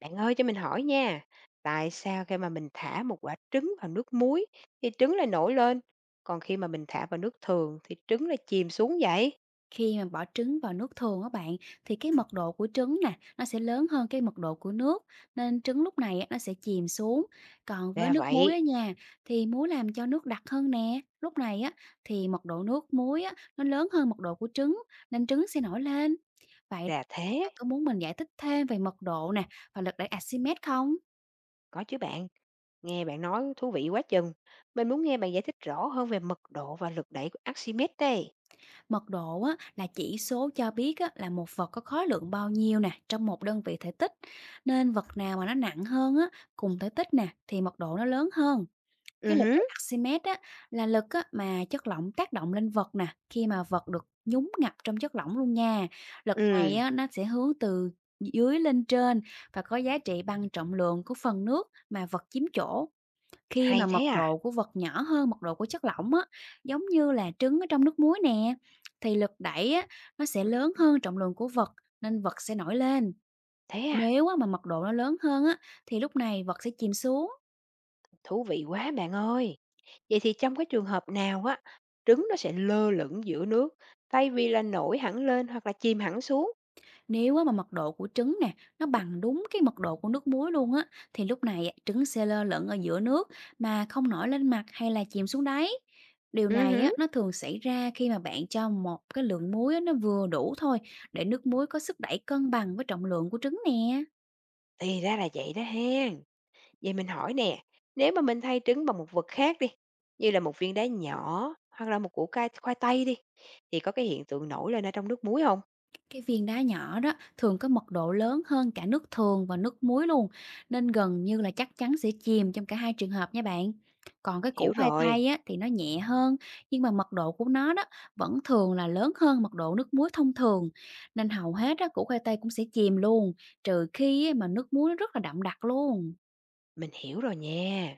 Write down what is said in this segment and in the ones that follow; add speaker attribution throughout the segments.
Speaker 1: Bạn ơi cho mình hỏi nha, tại sao khi mà mình thả một quả trứng vào nước muối thì trứng lại nổi lên, còn khi mà mình thả vào nước thường thì trứng lại chìm xuống vậy?
Speaker 2: Khi mà bỏ trứng vào nước thường á bạn, thì cái mật độ của trứng nè nó sẽ lớn hơn cái mật độ của nước, nên trứng lúc này á, nó sẽ chìm xuống. Còn với
Speaker 1: Ra
Speaker 2: nước muối
Speaker 1: vậy,
Speaker 2: á nha, thì muối làm cho nước đặc hơn nè. Lúc này á thì mật độ nước muối á nó lớn hơn mật độ của trứng, nên trứng sẽ nổi lên. Vậy
Speaker 1: ra thế,
Speaker 2: bạn có muốn mình giải thích thêm về mật độ nè và lực đẩy Archimedes không?
Speaker 1: có chứ bạn, nghe bạn nói thú vị quá chừng. Mình muốn nghe bạn giải thích rõ hơn về mật độ và lực đẩy của Archimedes đây.
Speaker 2: Mật độ á, là chỉ số cho biết á, là một vật có khối lượng bao nhiêu nè trong một đơn vị thể tích. Nên vật nào mà nó nặng hơn á, cùng thể tích nè thì mật độ nó lớn hơn.
Speaker 1: Ừ,
Speaker 2: Cái lực
Speaker 1: hứ,
Speaker 2: đẩy Archimedes á, là lực á, mà chất lỏng tác động lên vật nè khi mà vật được nhúng ngập trong chất lỏng luôn nha. Lực
Speaker 1: ừ,
Speaker 2: này á, nó sẽ hướng từ dưới lên trên và có giá trị bằng trọng lượng của phần nước mà vật chiếm chỗ. Khi
Speaker 1: hay
Speaker 2: mà mật
Speaker 1: thế à,
Speaker 2: độ của vật nhỏ hơn mật độ của chất lỏng á, giống như là trứng ở trong nước muối nè, thì lực đẩy á, nó sẽ
Speaker 1: ừ,
Speaker 2: lớn hơn trọng lượng của vật, nên vật sẽ nổi lên.
Speaker 1: thế à,
Speaker 2: Nếu á, mà mật độ nó lớn hơn á, thì lúc này vật sẽ chìm xuống.
Speaker 1: thú vị quá bạn ơi. Vậy thì trong cái trường hợp nào á, trứng nó sẽ lơ lửng giữa nước, thay vì là nổi hẳn lên hoặc là chìm hẳn xuống?
Speaker 2: Nếu á mà mật độ của trứng nè, nó bằng đúng cái mật độ của nước muối luôn á, thì lúc này á, trứng sẽ lơ lửng ở giữa nước mà không nổi lên mặt hay là chìm xuống đáy. Điều
Speaker 1: Ừ
Speaker 2: này
Speaker 1: hứm,
Speaker 2: á, nó thường xảy ra khi mà bạn cho một cái lượng muối á, nó vừa đủ thôi để nước muối có sức đẩy cân bằng với trọng lượng của trứng nè.
Speaker 1: thì ra là vậy đó hen. Vậy mình hỏi nè, nếu mà mình thay trứng bằng một vật khác đi, như là một viên đá nhỏ hoặc là một củ cai khoai tây đi, thì có cái hiện tượng nổi lên ở trong nước muối không?
Speaker 2: Cái viên đá nhỏ đó thường có mật độ lớn hơn cả nước thường và nước muối luôn, nên gần như là chắc chắn sẽ chìm trong cả hai trường hợp nha bạn. Còn cái củ
Speaker 1: Hiểu
Speaker 2: khoai
Speaker 1: rồi,
Speaker 2: tây á, thì nó nhẹ hơn, nhưng mà mật độ của nó đó vẫn thường là lớn hơn mật độ nước muối thông thường. Nên hầu hết á, củ khoai tây cũng sẽ chìm luôn, trừ khi á, mà nước muối nó rất là đậm đặc luôn.
Speaker 1: mình hiểu rồi nha.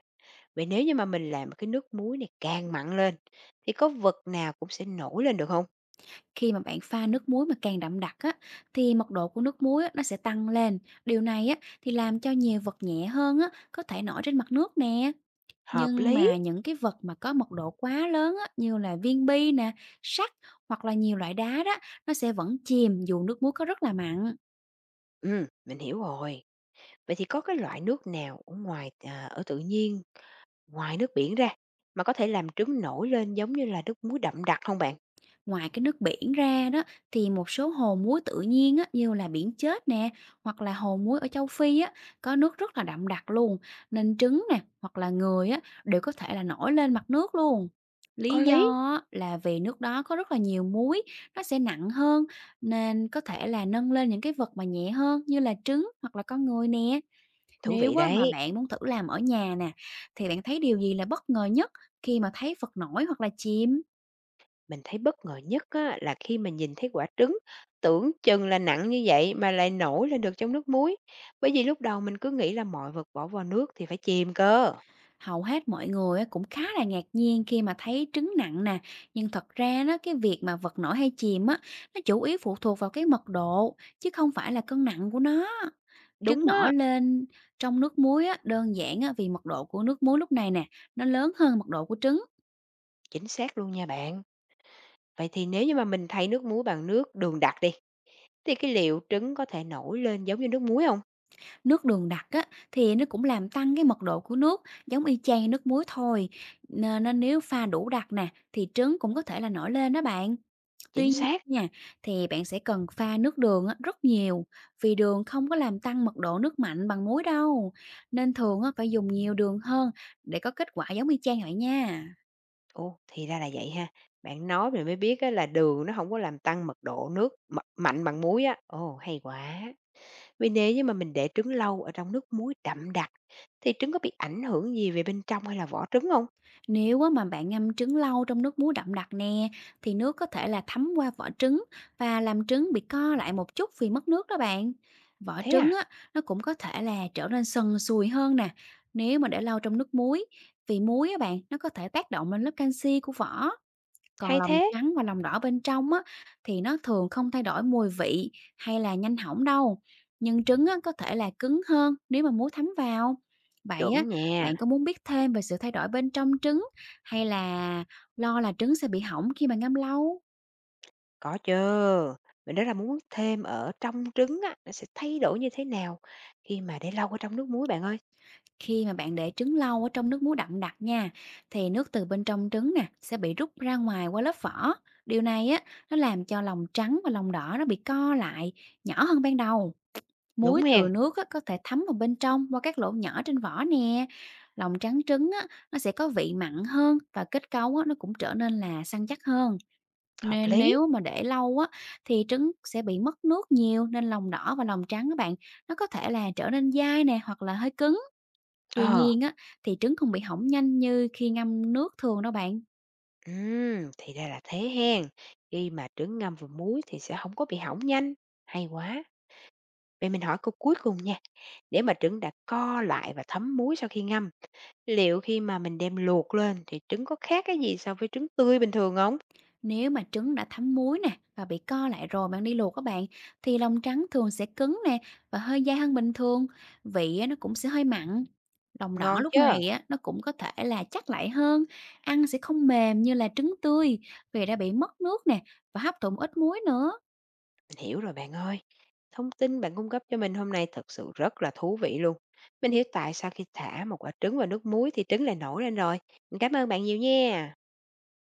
Speaker 1: Vậy nếu như mà mình làm cái nước muối này càng mặn lên, thì có vật nào cũng sẽ nổi lên được không?
Speaker 2: Khi mà bạn pha nước muối mà càng đậm đặc á, thì mật độ của nước muối á, nó sẽ tăng lên. Điều này á, thì làm cho nhiều vật nhẹ hơn á, có thể nổi trên mặt nước nè.
Speaker 1: Hợp
Speaker 2: Nhưng
Speaker 1: lý,
Speaker 2: mà những cái vật mà có mật độ quá lớn á, như là viên bi nè, sắt, hoặc là nhiều loại đá đó, nó sẽ vẫn chìm dù nước muối có rất là mặn.
Speaker 1: mình hiểu rồi. Vậy thì có cái loại nước nào ở ngoài, ở tự nhiên, ngoài nước biển ra, mà có thể làm trứng nổi lên giống như là nước muối đậm đặc không bạn?
Speaker 2: Ngoài cái nước biển ra đó thì một số hồ muối tự nhiên á, như là biển chết nè, hoặc là hồ muối ở châu Phi á, có nước rất là đậm đặc luôn, nên trứng nè hoặc là người á, đều có thể là nổi lên mặt nước luôn.
Speaker 1: Có
Speaker 2: Lý
Speaker 1: lý.
Speaker 2: do á, là vì nước đó có rất là nhiều muối, nó sẽ nặng hơn, nên có thể là nâng lên những cái vật mà nhẹ hơn như là trứng hoặc là con người nè.
Speaker 1: Thú
Speaker 2: Nếu
Speaker 1: vị
Speaker 2: á, mà
Speaker 1: đấy,
Speaker 2: bạn muốn thử làm ở nhà nè, thì bạn thấy điều gì là bất ngờ nhất khi mà thấy vật nổi hoặc là chìm?
Speaker 1: mình thấy bất ngờ nhất á, là khi mà nhìn thấy quả trứng, tưởng chừng là nặng như vậy mà lại nổi lên được trong nước muối. Bởi vì lúc đầu mình cứ nghĩ là mọi vật bỏ vào nước thì phải chìm cơ.
Speaker 2: Hầu hết mọi người á cũng khá là ngạc nhiên khi mà thấy trứng nặng nè, nhưng thật ra nó cái việc mà vật nổi hay chìm á, nó chủ yếu phụ thuộc vào cái mật độ chứ không phải là cân nặng của nó. Trứng
Speaker 1: Đúng
Speaker 2: nổi
Speaker 1: á,
Speaker 2: lên trong nước muối á, đơn giản á, vì mật độ của nước muối lúc này nè nó lớn hơn mật độ của trứng.
Speaker 1: chính xác luôn nha bạn. Vậy thì nếu như mà mình thay nước muối bằng nước đường đặc đi, thì cái liệu trứng có thể nổi lên giống như nước muối không?
Speaker 2: Nước đường đặc á, thì nó cũng làm tăng cái mật độ của nước giống y chang nước muối thôi, nên nếu pha đủ đặc nè thì trứng cũng có thể là nổi lên đó bạn. Tuy
Speaker 1: Chính
Speaker 2: nhiên
Speaker 1: xác.
Speaker 2: nha, thì bạn sẽ cần pha nước đường á, rất nhiều, vì đường không có làm tăng mật độ nước mạnh bằng muối đâu. Nên thường á, phải dùng nhiều đường hơn để có kết quả giống y chang vậy nha.
Speaker 1: Ồ, thì ra là vậy ha. Bạn nói mình mới biết á, là đường nó không có làm tăng mật độ nước mạnh bằng muối á. Ồ, hay quá. Vì nếu như mà mình để trứng lâu ở trong nước muối đậm đặc thì trứng có bị ảnh hưởng gì về bên trong hay là vỏ trứng không?
Speaker 2: Nếu á, mà bạn ngâm trứng lâu trong nước muối đậm đặc nè, thì nước có thể là thấm qua vỏ trứng và làm trứng bị co lại một chút vì mất nước đó bạn. Vỏ
Speaker 1: Thế
Speaker 2: trứng
Speaker 1: à?
Speaker 2: á, nó cũng có thể là trở nên sần sùi hơn nè nếu mà để lâu trong nước muối, vì muối á bạn nó có thể tác động lên lớp canxi của vỏ. Còn
Speaker 1: Hay
Speaker 2: lòng
Speaker 1: thế.
Speaker 2: trắng và lòng đỏ bên trong á, thì nó thường không thay đổi mùi vị hay là nhanh hỏng đâu. Nhưng trứng á, có thể là cứng hơn nếu mà muối thấm vào. Vậy á,
Speaker 1: Chuẩn nha.
Speaker 2: bạn có muốn biết thêm về sự thay đổi bên trong trứng hay là lo là trứng sẽ bị hỏng khi mà ngâm lâu?
Speaker 1: Có chưa? Mình rất là muốn thêm ở trong trứng á, nó sẽ thay đổi như thế nào khi mà để lâu ở trong nước muối bạn ơi.
Speaker 2: Khi mà bạn để trứng lâu ở trong nước muối đậm đặc nha, thì nước từ bên trong trứng nè sẽ bị rút ra ngoài qua lớp vỏ. Điều này á, nó làm cho lòng trắng và lòng đỏ nó bị co lại, nhỏ hơn ban đầu.
Speaker 1: Đúng
Speaker 2: Muối từ
Speaker 1: hen.
Speaker 2: nước á, có thể thấm vào bên trong qua các lỗ nhỏ trên vỏ nè. Lòng trắng trứng á, nó sẽ có vị mặn hơn và kết cấu á, nó cũng trở nên là săn chắc hơn.
Speaker 1: Hợp
Speaker 2: Nên
Speaker 1: lý.
Speaker 2: nếu mà để lâu á, thì trứng sẽ bị mất nước nhiều nên lòng đỏ và lòng trắng các bạn, nó có thể là trở nên dai nè hoặc là hơi cứng. Tuy
Speaker 1: Ờ.
Speaker 2: nhiên á, thì trứng không bị hỏng nhanh như khi ngâm nước thường đâu bạn.
Speaker 1: Ừm, thì ra là thế hen. Khi mà trứng ngâm vào muối thì sẽ không có bị hỏng nhanh. Hay quá. Vậy mình hỏi câu cuối cùng nha. Để mà trứng đã co lại và thấm muối sau khi ngâm, liệu khi mà mình đem luộc lên thì trứng có khác cái gì so với trứng tươi bình thường không?
Speaker 2: Nếu mà trứng đã thấm muối nè và bị co lại rồi bạn đi luộc các bạn, thì lòng trắng thường sẽ cứng nè và hơi dai hơn bình thường. Vị á, nó cũng sẽ hơi mặn. Lòng đỏ
Speaker 1: Ngon
Speaker 2: lúc này
Speaker 1: chớ?
Speaker 2: á nó cũng có thể là chắc lại hơn, ăn sẽ không mềm như là trứng tươi vì đã bị mất nước nè và hấp thụ một ít muối nữa.
Speaker 1: Mình hiểu rồi bạn ơi. Thông tin bạn cung cấp cho mình hôm nay thật sự rất là thú vị luôn. Mình hiểu tại sao khi thả một quả trứng vào nước muối thì trứng lại nổi lên rồi. Mình cảm ơn bạn nhiều nha.